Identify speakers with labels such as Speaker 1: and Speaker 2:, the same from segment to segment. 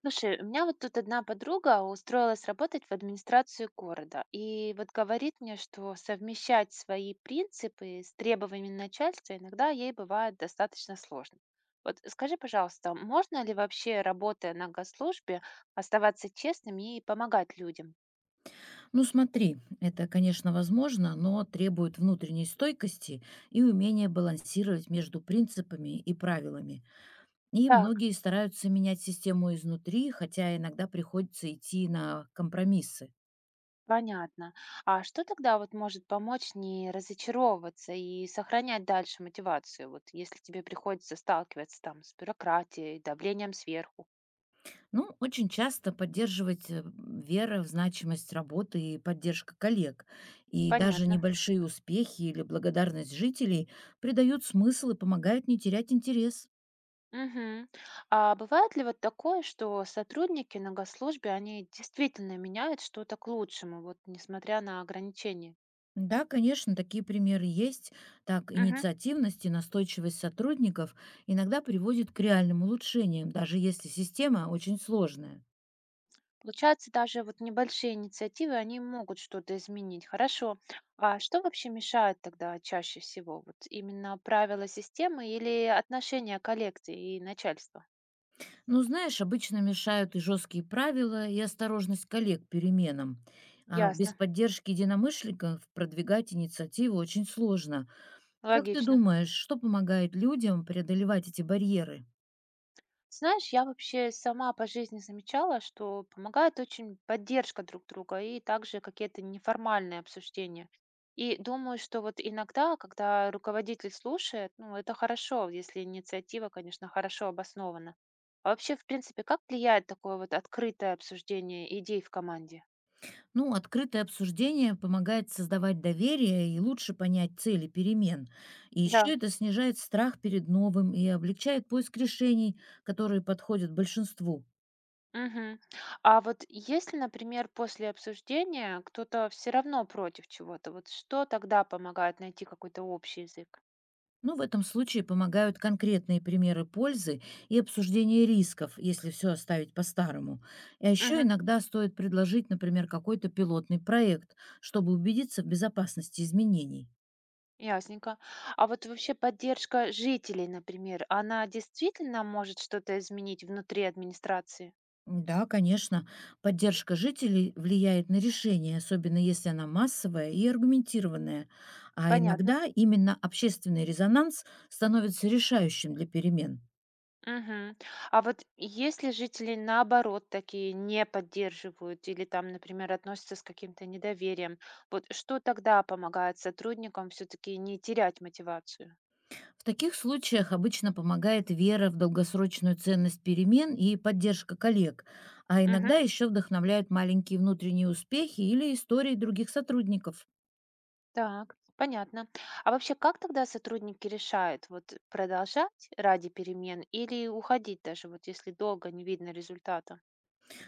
Speaker 1: Слушай, у меня вот тут одна подруга устроилась работать в администрацию города и вот говорит мне, что совмещать свои принципы с требованиями начальства иногда ей бывает достаточно сложно. Вот скажи, пожалуйста, можно ли вообще, работая на госслужбе, оставаться честным и помогать людям?
Speaker 2: Ну смотри, это, конечно, возможно, но требует внутренней стойкости и умения балансировать между принципами и правилами. И
Speaker 1: Так,
Speaker 2: многие стараются менять систему изнутри, хотя иногда приходится идти на компромиссы.
Speaker 1: понятно. А что тогда вот может помочь не разочаровываться и сохранять дальше мотивацию, вот если тебе приходится сталкиваться там с бюрократией, давлением сверху?
Speaker 2: Ну, очень часто поддерживать вера в значимость работы и поддержка коллег. И даже
Speaker 1: Понятно.
Speaker 2: небольшие успехи или благодарность жителей придают смысл и помогают не терять интерес.
Speaker 1: Мгм. А бывает ли вот такое, что сотрудники на госслужбе, они действительно меняют что-то к лучшему, вот несмотря на ограничения?
Speaker 2: Да, конечно, такие примеры есть. Так,
Speaker 1: Мгм.
Speaker 2: инициативность и настойчивость сотрудников иногда приводит к реальным улучшениям, даже если система очень сложная.
Speaker 1: Получается, даже вот небольшие инициативы, они могут что-то изменить. Хорошо. А что вообще мешает тогда чаще всего? Вот именно правила системы или отношения коллекции и начальства?
Speaker 2: Но, знаешь, обычно мешают и жесткие правила, и осторожность коллег к переменам. А без
Speaker 1: Ясно.
Speaker 2: поддержки единомышленников продвигать инициативу очень сложно. Как ты
Speaker 1: Логично.
Speaker 2: думаешь, что помогает людям преодолевать эти барьеры?
Speaker 1: Знаешь, я вообще сама по жизни замечала, что помогает очень поддержка друг друга и также какие-то неформальные обсуждения. И думаю, что вот иногда, когда руководитель слушает, ну, это хорошо, если инициатива, конечно, хорошо обоснована. А вообще, в принципе, как влияет такое вот открытое обсуждение идей в команде?
Speaker 2: Ну, открытое обсуждение помогает создавать доверие и лучше понять цели перемен. И еще
Speaker 1: Да.
Speaker 2: это снижает страх перед новым и облегчает поиск решений, которые подходят большинству.
Speaker 1: Мгм. А вот если, например, после обсуждения кто-то все равно против чего-то, вот что тогда помогает найти какой-то общий язык?
Speaker 2: Ну, в этом случае помогают конкретные примеры пользы и обсуждение рисков, если все оставить по-старому. А еще
Speaker 1: Мгм.
Speaker 2: иногда стоит предложить, например, какой-то пилотный проект, чтобы убедиться в безопасности изменений.
Speaker 1: Ясненько. А вот вообще поддержка жителей, например, она действительно может что-то изменить внутри администрации?
Speaker 2: Да, конечно, поддержка жителей влияет на решение, особенно если она массовая и аргументированная. А
Speaker 1: Понятно.
Speaker 2: иногда именно общественный резонанс становится решающим для перемен.
Speaker 1: Мгм. А вот если жители наоборот такие не поддерживают или там, например, относятся с каким-то недоверием, вот что тогда помогает сотрудникам все-таки не терять мотивацию?
Speaker 2: В таких случаях обычно помогает вера в долгосрочную ценность перемен и поддержка коллег, а
Speaker 1: Мгм.
Speaker 2: иногда еще вдохновляют маленькие внутренние успехи или истории других сотрудников.
Speaker 1: Так, понятно. А вообще, как тогда сотрудники решают, вот продолжать ради перемен или уходить даже, вот если долго не видно результата?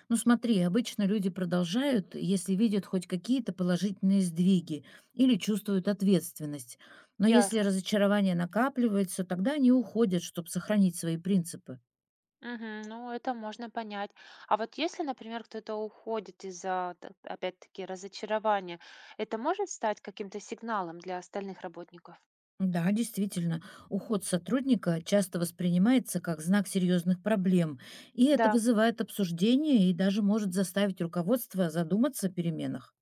Speaker 2: Ну смотри, обычно люди продолжают, если видят хоть какие-то положительные сдвиги или чувствуют ответственность. Но если
Speaker 1: Ясно.
Speaker 2: разочарование накапливается, тогда они уходят, чтобы сохранить свои принципы.
Speaker 1: Мгм. Ну, это можно понять. А вот если, например, кто-то уходит из-за, опять-таки, разочарования, это может стать каким-то сигналом для остальных работников?
Speaker 2: Да, действительно, уход сотрудника часто воспринимается как знак серьезных проблем, и это
Speaker 1: Да.
Speaker 2: вызывает обсуждение и даже может заставить руководство задуматься о переменах.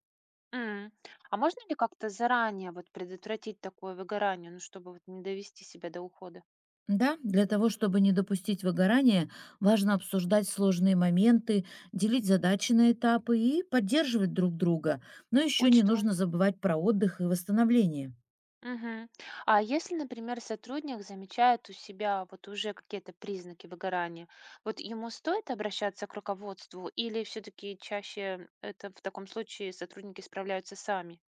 Speaker 1: М. А можно ли как-то заранее вот предотвратить такое выгорание, ну, чтобы вот не довести себя до ухода?
Speaker 2: Да, для того, чтобы не допустить выгорания, важно обсуждать сложные моменты, делить задачи на этапы и поддерживать друг друга. Но еще не
Speaker 1: Учту.
Speaker 2: нужно забывать про отдых и восстановление.
Speaker 1: Мгм. А если, например, сотрудник замечает у себя вот уже какие-то признаки выгорания, вот ему стоит обращаться к руководству или все-таки чаще это в таком случае сотрудники справляются сами?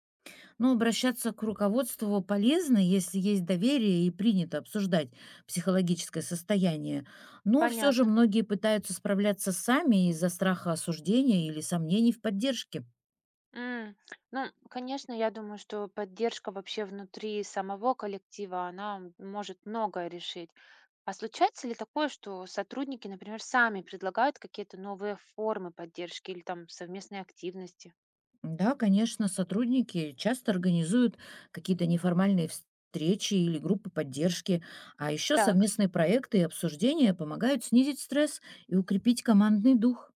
Speaker 2: Но обращаться к руководству полезно, если есть доверие и принято обсуждать психологическое состояние. Но все же
Speaker 1: Понятно.
Speaker 2: многие пытаются справляться сами из-за страха осуждения или сомнений в поддержке.
Speaker 1: М, ну, конечно, я думаю, что поддержка вообще внутри самого коллектива, она может многое решить. А случается ли такое, что сотрудники, например, сами предлагают какие-то новые формы поддержки или там совместные активности?
Speaker 2: Да, конечно, сотрудники часто организуют какие-то неформальные встречи или группы поддержки, а еще
Speaker 1: Так.
Speaker 2: совместные проекты и обсуждения помогают снизить стресс и укрепить командный дух.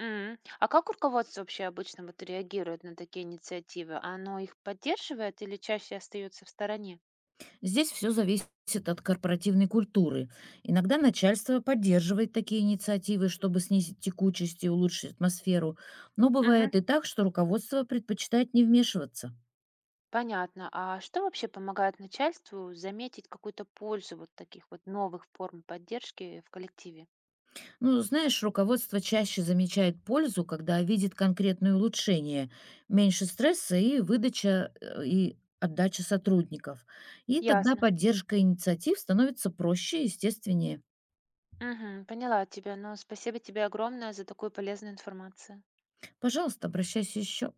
Speaker 1: М. А как руководство вообще обычно вот реагирует на такие инициативы? Оно их поддерживает или чаще остается в стороне?
Speaker 2: Здесь все зависит от корпоративной культуры. Иногда начальство поддерживает такие инициативы, чтобы снизить текучесть и улучшить атмосферу, но
Speaker 1: Мгм.
Speaker 2: бывает и так, что руководство предпочитает не вмешиваться.
Speaker 1: Понятно. А что вообще помогает начальству заметить какую-то пользу вот таких вот новых форм поддержки в коллективе?
Speaker 2: Ну, знаешь, руководство чаще замечает пользу, когда видит конкретные улучшения, меньше стресса и и отдача сотрудников. И тогда
Speaker 1: Ясно.
Speaker 2: поддержка инициатив становится проще и естественнее.
Speaker 1: Мгм. Поняла тебя. Ну, спасибо тебе огромное за такую полезную информацию.
Speaker 2: Пожалуйста, обращайся еще.